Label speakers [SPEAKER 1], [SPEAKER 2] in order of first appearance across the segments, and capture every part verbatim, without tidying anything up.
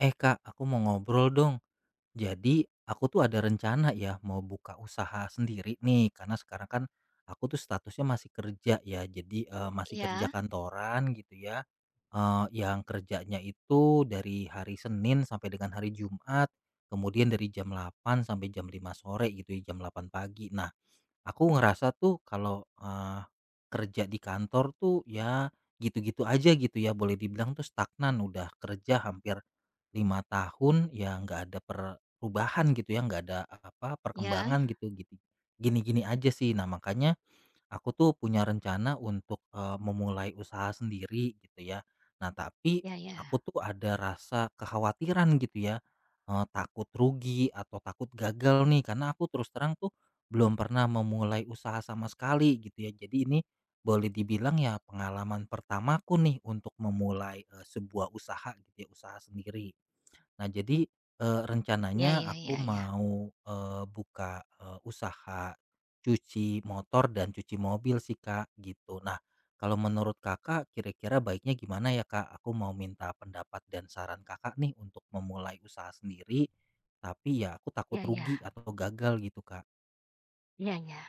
[SPEAKER 1] Eh Kak, aku mau ngobrol dong. Jadi aku tuh ada rencana ya mau buka usaha sendiri nih karena sekarang kan aku tuh statusnya masih kerja ya. Jadi eh, masih kerja
[SPEAKER 2] Iya
[SPEAKER 1] kantoran gitu ya. Eh, yang kerjanya itu dari hari Senin sampai dengan hari Jumat, kemudian dari jam delapan sampai jam lima sore gitu ya, jam delapan pagi. Nah, aku ngerasa tuh kalau, eee, kerja di kantor tuh ya gitu-gitu aja gitu ya, boleh dibilang tuh stagnan, udah kerja hampir lima tahun ya nggak ada perubahan gitu ya, nggak ada apa,
[SPEAKER 2] ya,
[SPEAKER 1] perkembangan gitu, gitu gini-gini aja sih. Nah makanya aku tuh punya rencana untuk, eee, memulai usaha sendiri gitu ya. Nah tapi
[SPEAKER 2] ya, ya,
[SPEAKER 1] aku tuh ada rasa kekhawatiran gitu ya, eee, takut rugi atau takut gagal nih karena aku terus terang tuh belum pernah memulai usaha sama sekali gitu ya. Jadi ini boleh dibilang ya pengalaman pertamaku nih untuk memulai, eee, sebuah usaha gitu ya, usaha sendiri. Nah jadi, eee,
[SPEAKER 2] ya,
[SPEAKER 1] rencananya
[SPEAKER 2] ya,
[SPEAKER 1] aku
[SPEAKER 2] ya, ya,
[SPEAKER 1] mau, eee, buka, eee, usaha cuci motor dan cuci mobil sih, Kak, gitu. Nah, kalau menurut Kakak kira-kira baiknya gimana ya, Kak? Aku mau minta pendapat dan saran Kakak nih untuk memulai usaha sendiri, tapi ya aku takut
[SPEAKER 2] ya,
[SPEAKER 1] rugi
[SPEAKER 2] ya,
[SPEAKER 1] atau gagal gitu, Kak.
[SPEAKER 2] ya, iya.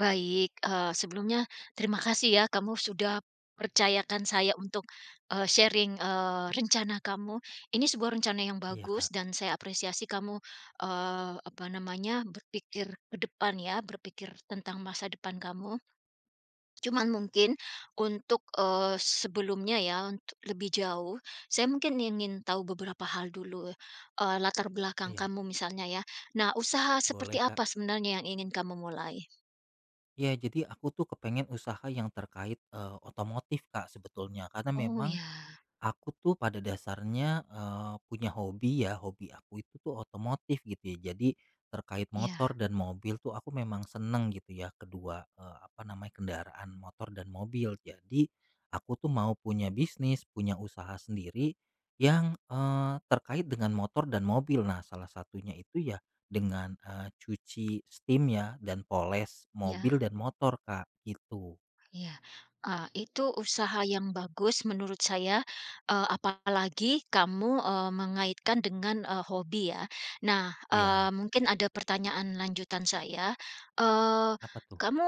[SPEAKER 2] Baik, eee, sebelumnya terima kasih ya kamu sudah percayakan saya untuk, eee, sharing, eee, rencana kamu. Ini sebuah rencana yang
[SPEAKER 1] Iya,
[SPEAKER 2] bagus
[SPEAKER 1] Kak.
[SPEAKER 2] dan saya apresiasi kamu, eee, apa namanya, berpikir ke depan ya, berpikir tentang masa depan kamu. Cuman mungkin untuk, eee, sebelumnya ya, untuk lebih jauh, saya mungkin ingin tahu beberapa hal dulu, eee, latar belakang
[SPEAKER 1] Iya,
[SPEAKER 2] kamu misalnya ya. Nah, usaha seperti
[SPEAKER 1] boleh,
[SPEAKER 2] apa
[SPEAKER 1] Kak.
[SPEAKER 2] sebenarnya yang ingin kamu mulai?
[SPEAKER 1] Iya, jadi aku tuh kepengen usaha yang terkait, eee, otomotif, Kak, sebetulnya karena
[SPEAKER 2] Oh
[SPEAKER 1] memang
[SPEAKER 2] ya,
[SPEAKER 1] aku tuh pada dasarnya, eee, punya hobi ya, hobi aku itu tuh otomotif gitu ya. Jadi terkait
[SPEAKER 2] ya
[SPEAKER 1] motor dan mobil tuh aku memang seneng gitu ya, kedua, eee, apa namanya, kendaraan motor dan mobil. Jadi aku tuh mau punya bisnis, punya usaha sendiri yang, eee, terkait dengan motor dan mobil. Nah, salah satunya itu ya dengan, eee, cuci steam ya dan poles mobil
[SPEAKER 2] ya.
[SPEAKER 1] dan motor, Kak, gitu.
[SPEAKER 2] Iya, eee, itu usaha yang bagus menurut saya, eee, apalagi kamu, eee, mengaitkan dengan, eee, hobi ya. Nah, eee,
[SPEAKER 1] Ya,
[SPEAKER 2] mungkin ada pertanyaan lanjutan saya, eee,
[SPEAKER 1] apa tuh?
[SPEAKER 2] kamu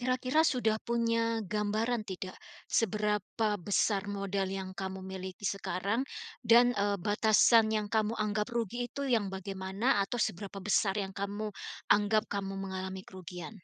[SPEAKER 2] kira-kira sudah punya gambaran tidak seberapa besar modal yang kamu miliki sekarang dan, eee, batasan yang kamu anggap rugi itu yang bagaimana atau seberapa besar yang kamu anggap kamu mengalami kerugian?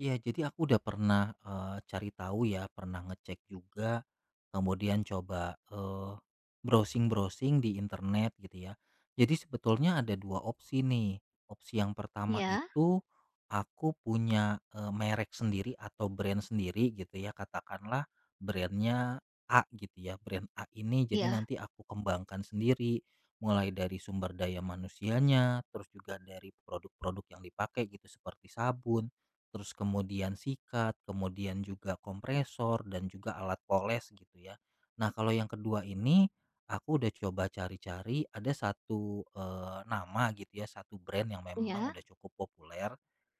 [SPEAKER 1] Iya, jadi aku udah pernah, eee, cari tahu ya, pernah ngecek juga, kemudian coba, eee, browsing-browsing di internet gitu ya. Jadi sebetulnya ada dua opsi nih. Opsi yang pertama
[SPEAKER 2] Ya,
[SPEAKER 1] itu aku punya, eee, merek sendiri atau brand sendiri gitu ya, katakanlah brandnya A gitu ya, brand A ini jadi
[SPEAKER 2] ya,
[SPEAKER 1] nanti aku kembangkan sendiri, mulai dari sumber daya manusianya, terus juga dari produk-produk yang dipakai gitu seperti sabun, terus kemudian sikat, kemudian juga kompresor dan juga alat poles gitu ya. Nah, kalau yang kedua ini aku udah coba cari-cari ada satu eh, nama gitu ya, satu brand yang memang
[SPEAKER 2] ya,
[SPEAKER 1] udah cukup populer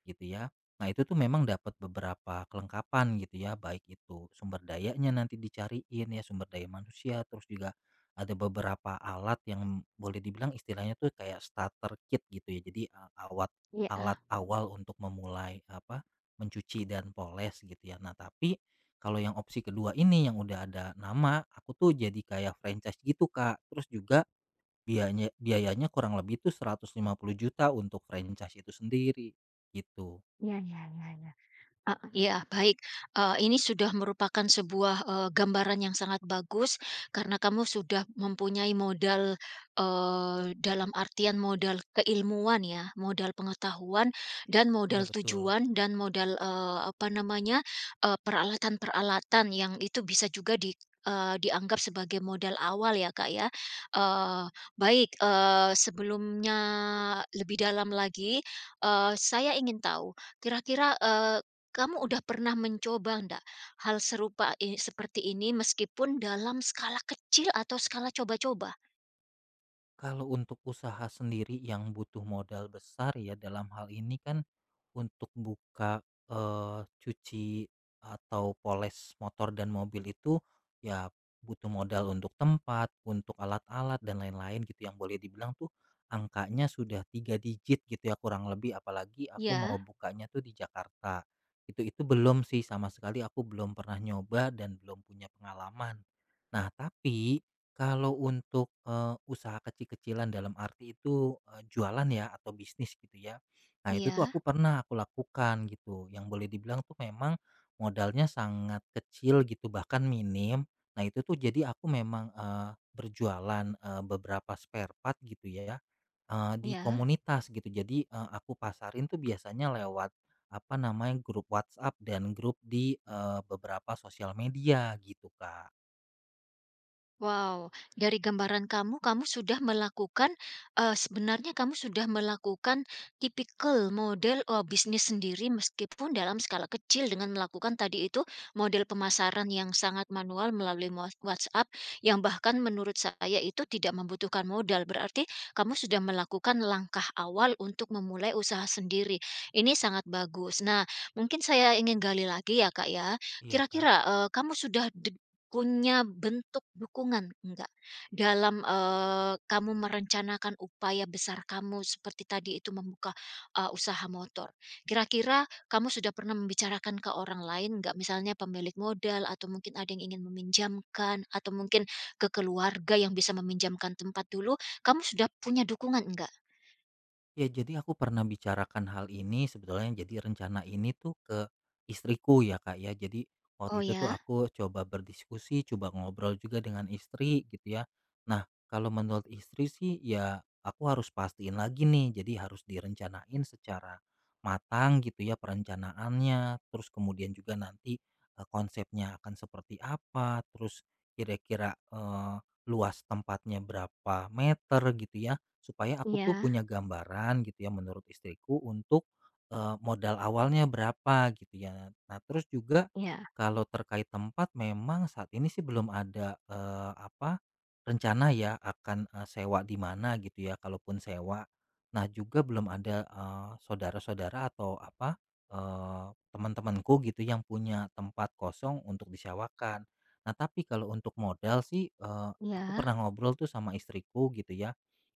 [SPEAKER 1] gitu ya. Nah, itu tuh memang dapat beberapa kelengkapan gitu ya, baik itu sumber dayanya nanti dicariin ya, sumber daya manusia, terus juga ada beberapa alat yang boleh dibilang istilahnya tuh kayak starter kit gitu ya. Jadi a- awat alat
[SPEAKER 2] ya.
[SPEAKER 1] awal untuk memulai apa, mencuci dan poles gitu ya. Nah, tapi kalau yang opsi kedua ini yang udah ada nama, aku tuh jadi kayak franchise gitu, Kak. Terus juga biayanya biayanya kurang lebih tuh seratus lima puluh juta untuk franchise itu sendiri, gitu.
[SPEAKER 2] Iya iya iya iya. Ah, iya, baik. Eee, ini sudah merupakan sebuah, eee, gambaran yang sangat bagus karena kamu sudah mempunyai modal, eee, dalam artian modal keilmuan ya, modal pengetahuan dan modal
[SPEAKER 1] Iya betul.
[SPEAKER 2] tujuan dan modal, eee, apa namanya, eee, peralatan-peralatan yang itu bisa juga di eee, dianggap sebagai modal awal ya, Kak, ya. Eee, Baik, eee, sebelumnya lebih dalam lagi, eee, saya ingin tahu kira-kira, eee kamu udah pernah mencoba ndak hal serupa i seperti ini meskipun dalam skala kecil atau skala coba-coba?
[SPEAKER 1] Kalau untuk usaha sendiri yang butuh modal besar ya dalam hal ini kan untuk buka eh, cuci atau poles motor dan mobil itu ya butuh modal untuk tempat, untuk alat-alat dan lain-lain gitu yang boleh dibilang tuh angkanya sudah tiga digit gitu ya kurang lebih apalagi aku mau
[SPEAKER 2] Ya,
[SPEAKER 1] bukanya tuh di Jakarta. Itu itu belum sih sama sekali aku belum pernah nyoba dan belum punya pengalaman. Nah, tapi kalau untuk, eee, usaha kecil-kecilan dalam arti itu, eee, jualan ya atau bisnis gitu ya. Nah itu tuh
[SPEAKER 2] ya,
[SPEAKER 1] aku pernah aku lakukan gitu, yang boleh dibilang tuh memang modalnya sangat kecil gitu bahkan minim. Nah itu tuh jadi aku memang, eee, berjualan, eee, beberapa spare part gitu ya, eee, di
[SPEAKER 2] ya.
[SPEAKER 1] komunitas gitu. Jadi, eee, aku pasarin tuh biasanya lewat apa namanya, grup WhatsApp dan grup di, eee, beberapa sosial media gitu, Kak.
[SPEAKER 2] Wow, dari gambaran kamu, kamu sudah melakukan, eee, sebenarnya kamu sudah melakukan tipikal model, eee, bisnis sendiri meskipun dalam skala kecil dengan melakukan tadi itu model pemasaran yang sangat manual melalui mo WhatsApp yang bahkan menurut saya itu tidak membutuhkan modal. Berarti kamu sudah melakukan langkah awal untuk memulai usaha sendiri. Ini sangat bagus. Nah, mungkin saya ingin gali lagi ya, Kak, ya.
[SPEAKER 1] Iya, Kak.
[SPEAKER 2] Kira-kira, eee, kamu sudah punya bentuk dukungan enggak? Dalam, eee, kamu merencanakan upaya besar kamu seperti tadi itu membuka, eee, usaha motor. Kira-kira kamu sudah pernah membicarakan ke orang lain enggak? Misalnya pemilik modal atau mungkin ada yang ingin meminjamkan atau mungkin ke keluarga yang bisa meminjamkan tempat dulu, kamu sudah punya dukungan enggak?
[SPEAKER 1] Ya, jadi aku pernah bicarakan hal ini sebetulnya jadi rencana ini tuh ke istriku ya Kak ya. Jadi waktu
[SPEAKER 2] Oh
[SPEAKER 1] itu tuh
[SPEAKER 2] ya?
[SPEAKER 1] aku coba berdiskusi, coba ngobrol juga dengan istri gitu ya. Nah, kalau menurut istri sih ya aku harus pastiin lagi nih. Jadi harus direncanain secara matang gitu ya perencanaannya, terus kemudian juga nanti eh, konsepnya akan seperti apa, terus kira-kira eh, luas tempatnya berapa meter gitu ya supaya aku tuh
[SPEAKER 2] Iya
[SPEAKER 1] punya gambaran gitu ya menurut istriku untuk, eee, modal awalnya berapa gitu ya. Nah terus juga
[SPEAKER 2] iya.
[SPEAKER 1] kalau terkait tempat memang saat ini sih belum ada, eee, apa, rencana ya akan, eee, sewa di mana gitu ya kalaupun sewa. Nah juga belum ada, eee, saudara-saudara atau apa, eee, teman-temanku gitu yang punya tempat kosong untuk disewakan. Nah tapi kalau untuk modal sih, eee, aku
[SPEAKER 2] Iya
[SPEAKER 1] pernah ngobrol tuh sama istriku gitu ya,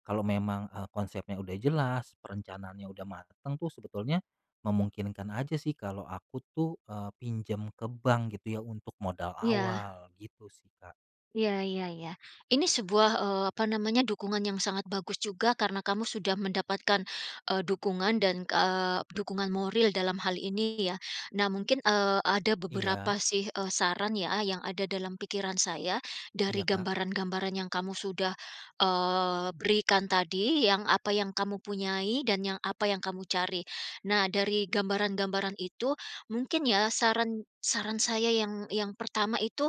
[SPEAKER 1] kalau memang, eee, konsepnya udah jelas, perencanaannya udah mateng tuh sebetulnya memungkinkan aja sih kalau aku tuh, eee, pinjam ke bank gitu ya untuk modal
[SPEAKER 2] iya.
[SPEAKER 1] awal gitu sih, Kak.
[SPEAKER 2] Iya iya iya. Ini sebuah, eee, apa namanya, dukungan yang sangat bagus juga karena kamu sudah mendapatkan, eee, dukungan dan, eee, dukungan moral dalam hal ini ya. Nah mungkin, eee, ada
[SPEAKER 1] Iya
[SPEAKER 2] beberapa sih, eee, saran ya yang ada dalam pikiran saya dari
[SPEAKER 1] iya, Kak.
[SPEAKER 2] gambaran-gambaran yang kamu sudah, eee, berikan tadi, yang apa yang kamu punyai dan yang apa yang kamu cari. Nah dari gambaran-gambaran itu mungkin ya saran saran saya yang yang pertama itu,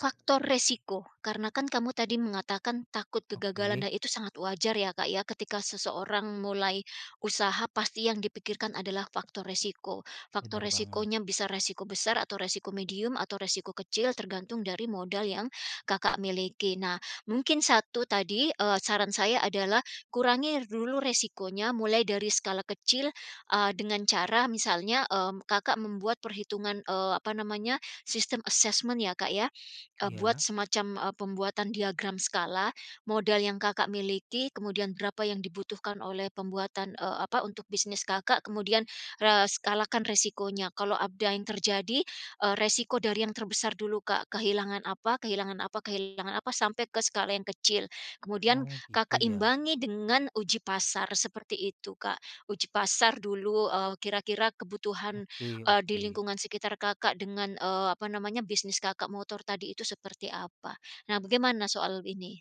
[SPEAKER 2] faktor resiko, karena kan kamu tadi mengatakan takut kegagalan
[SPEAKER 1] Oke,
[SPEAKER 2] dan itu sangat wajar ya Kak ya ketika seseorang mulai usaha pasti yang dipikirkan adalah faktor resiko. Faktor
[SPEAKER 1] bener banget.
[SPEAKER 2] resikonya bisa resiko besar atau resiko medium atau resiko kecil tergantung dari modal yang Kakak miliki. Nah, mungkin satu tadi eh, saran saya adalah kurangi dulu resikonya mulai dari skala kecil eh, dengan cara misalnya em, Kakak membuat perhitungan eh, apa namanya sistem assessment ya Kak ya. Eee, buat
[SPEAKER 1] Iya.
[SPEAKER 2] semacam, eee, pembuatan diagram skala, modal yang Kakak miliki, kemudian berapa yang dibutuhkan oleh pembuatan, eee, apa, untuk bisnis Kakak, kemudian, eee, skalakan resikonya. Kalau ada yang terjadi, eee, resiko dari yang terbesar dulu, Kak, kehilangan apa kehilangan apa kehilangan apa, sampai ke skala yang kecil. Kemudian
[SPEAKER 1] Oh gitu
[SPEAKER 2] Kakak
[SPEAKER 1] ya.
[SPEAKER 2] imbangi dengan uji pasar, seperti itu, Kak. Uji pasar dulu, eee, kira-kira kebutuhan
[SPEAKER 1] Oke
[SPEAKER 2] Eee, di
[SPEAKER 1] oke.
[SPEAKER 2] lingkungan sekitar Kakak dengan, eee, apa namanya, bisnis Kakak motor tadi itu seperti apa? Nah, bagaimana soal ini?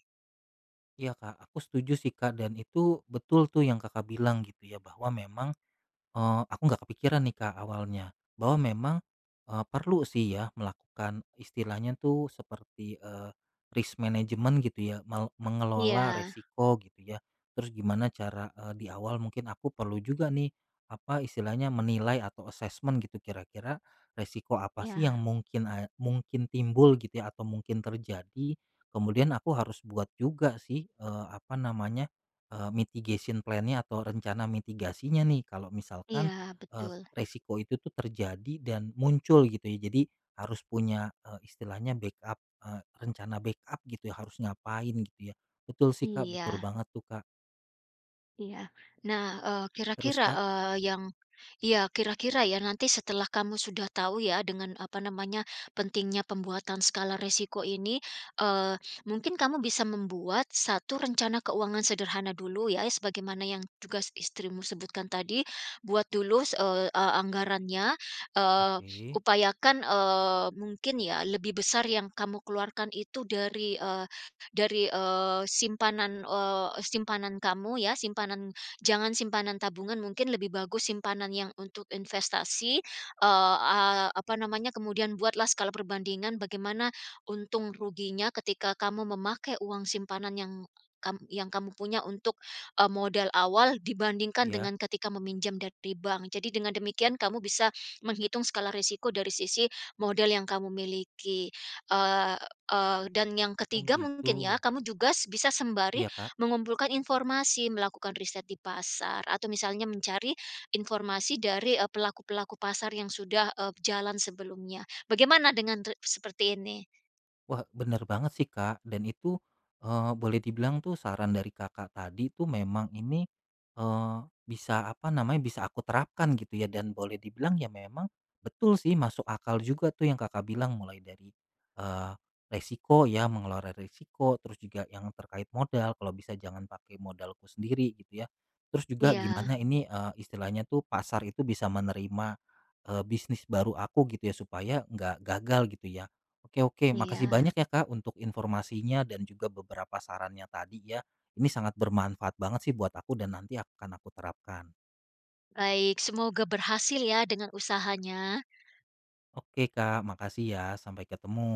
[SPEAKER 1] Iya, Kak, aku setuju sih, Kak, dan itu betul tuh yang Kakak bilang gitu ya bahwa memang Eee, aku nggak kepikiran nih, Kak, awalnya, bahwa memang, eee, perlu sih ya melakukan istilahnya tuh seperti, eee, risk management gitu ya, mel mengelola
[SPEAKER 2] Iya
[SPEAKER 1] resiko gitu ya. Terus gimana cara, eee, di awal mungkin aku perlu juga nih, apa istilahnya menilai atau assessment gitu kira-kira resiko apa sih yang
[SPEAKER 2] iya
[SPEAKER 1] mungkin a mungkin timbul gitu ya atau mungkin terjadi. Kemudian aku harus buat juga sih, eee, apa namanya, Eee, mitigation plan-nya atau rencana mitigasinya nih kalau misalkan,
[SPEAKER 2] iya,
[SPEAKER 1] eee,
[SPEAKER 2] betul.
[SPEAKER 1] resiko itu tuh terjadi dan muncul gitu ya. Jadi harus punya, eee, istilahnya backup, eee, rencana backup gitu ya, harus ngapain gitu ya. Betul sih, Kak, betul
[SPEAKER 2] Iya.
[SPEAKER 1] banget tuh, Kak.
[SPEAKER 2] Iya. Nah, eee,
[SPEAKER 1] Terus,
[SPEAKER 2] kira-kira,
[SPEAKER 1] Kak,
[SPEAKER 2] eee, yang iya, kira-kira ya nanti setelah kamu sudah tahu ya dengan, apa namanya, pentingnya pembuatan skala resiko ini, eee, mungkin kamu bisa membuat satu rencana keuangan sederhana dulu ya, sebagaimana yang juga istrimu sebutkan tadi, buat dulu s eee anggarannya, eee,
[SPEAKER 1] oke,
[SPEAKER 2] upayakan, eee, mungkin ya lebih besar yang kamu keluarkan itu dari, eh, dari, eee, simpanan, eee, simpanan kamu ya, simpanan jangan simpanan tabungan, mungkin lebih bagus simpanan yang untuk investasi, eee, a apa namanya, kemudian buatlah skala perbandingan bagaimana untung ruginya ketika kamu memakai uang simpanan yang kam yang kamu punya untuk, eee, modal awal dibandingkan
[SPEAKER 1] ya.
[SPEAKER 2] dengan ketika meminjam dari bank. Jadi dengan demikian kamu bisa menghitung skala risiko dari sisi modal yang kamu miliki, eee Eee, dan yang
[SPEAKER 1] Oh
[SPEAKER 2] ketiga mungkin ya,
[SPEAKER 1] gitu,
[SPEAKER 2] kamu juga s bisa sembari
[SPEAKER 1] iya, Kak?
[SPEAKER 2] mengumpulkan informasi, melakukan riset di pasar atau misalnya mencari informasi dari, eee, pelaku-pelaku pasar yang sudah, eee, jalan sebelumnya. Bagaimana dengan re seperti ini?
[SPEAKER 1] Wah, bener banget sih, Kak, dan itu, eee, boleh dibilang tuh saran dari Kakak tadi tuh memang ini, eee, bisa apa namanya, bisa aku terapkan gitu ya dan boleh dibilang ya memang betul sih masuk akal juga tuh yang Kakak bilang mulai dari, eee, resiko ya, mengelola resiko, terus juga yang terkait modal, kalau bisa jangan pakai modalku sendiri gitu ya. Terus juga
[SPEAKER 2] Iya
[SPEAKER 1] gimana ini, eee, istilahnya tuh pasar itu bisa menerima, eee, bisnis baru aku gitu ya supaya nggak gagal gitu ya. Oke oke, makasih
[SPEAKER 2] iya.
[SPEAKER 1] banyak ya Kak untuk informasinya dan juga beberapa sarannya tadi ya. Ini sangat bermanfaat banget sih buat aku dan nanti akan aku terapkan.
[SPEAKER 2] Baik, semoga berhasil ya dengan usahanya.
[SPEAKER 1] Oke Kak, makasih ya. Sampai ketemu.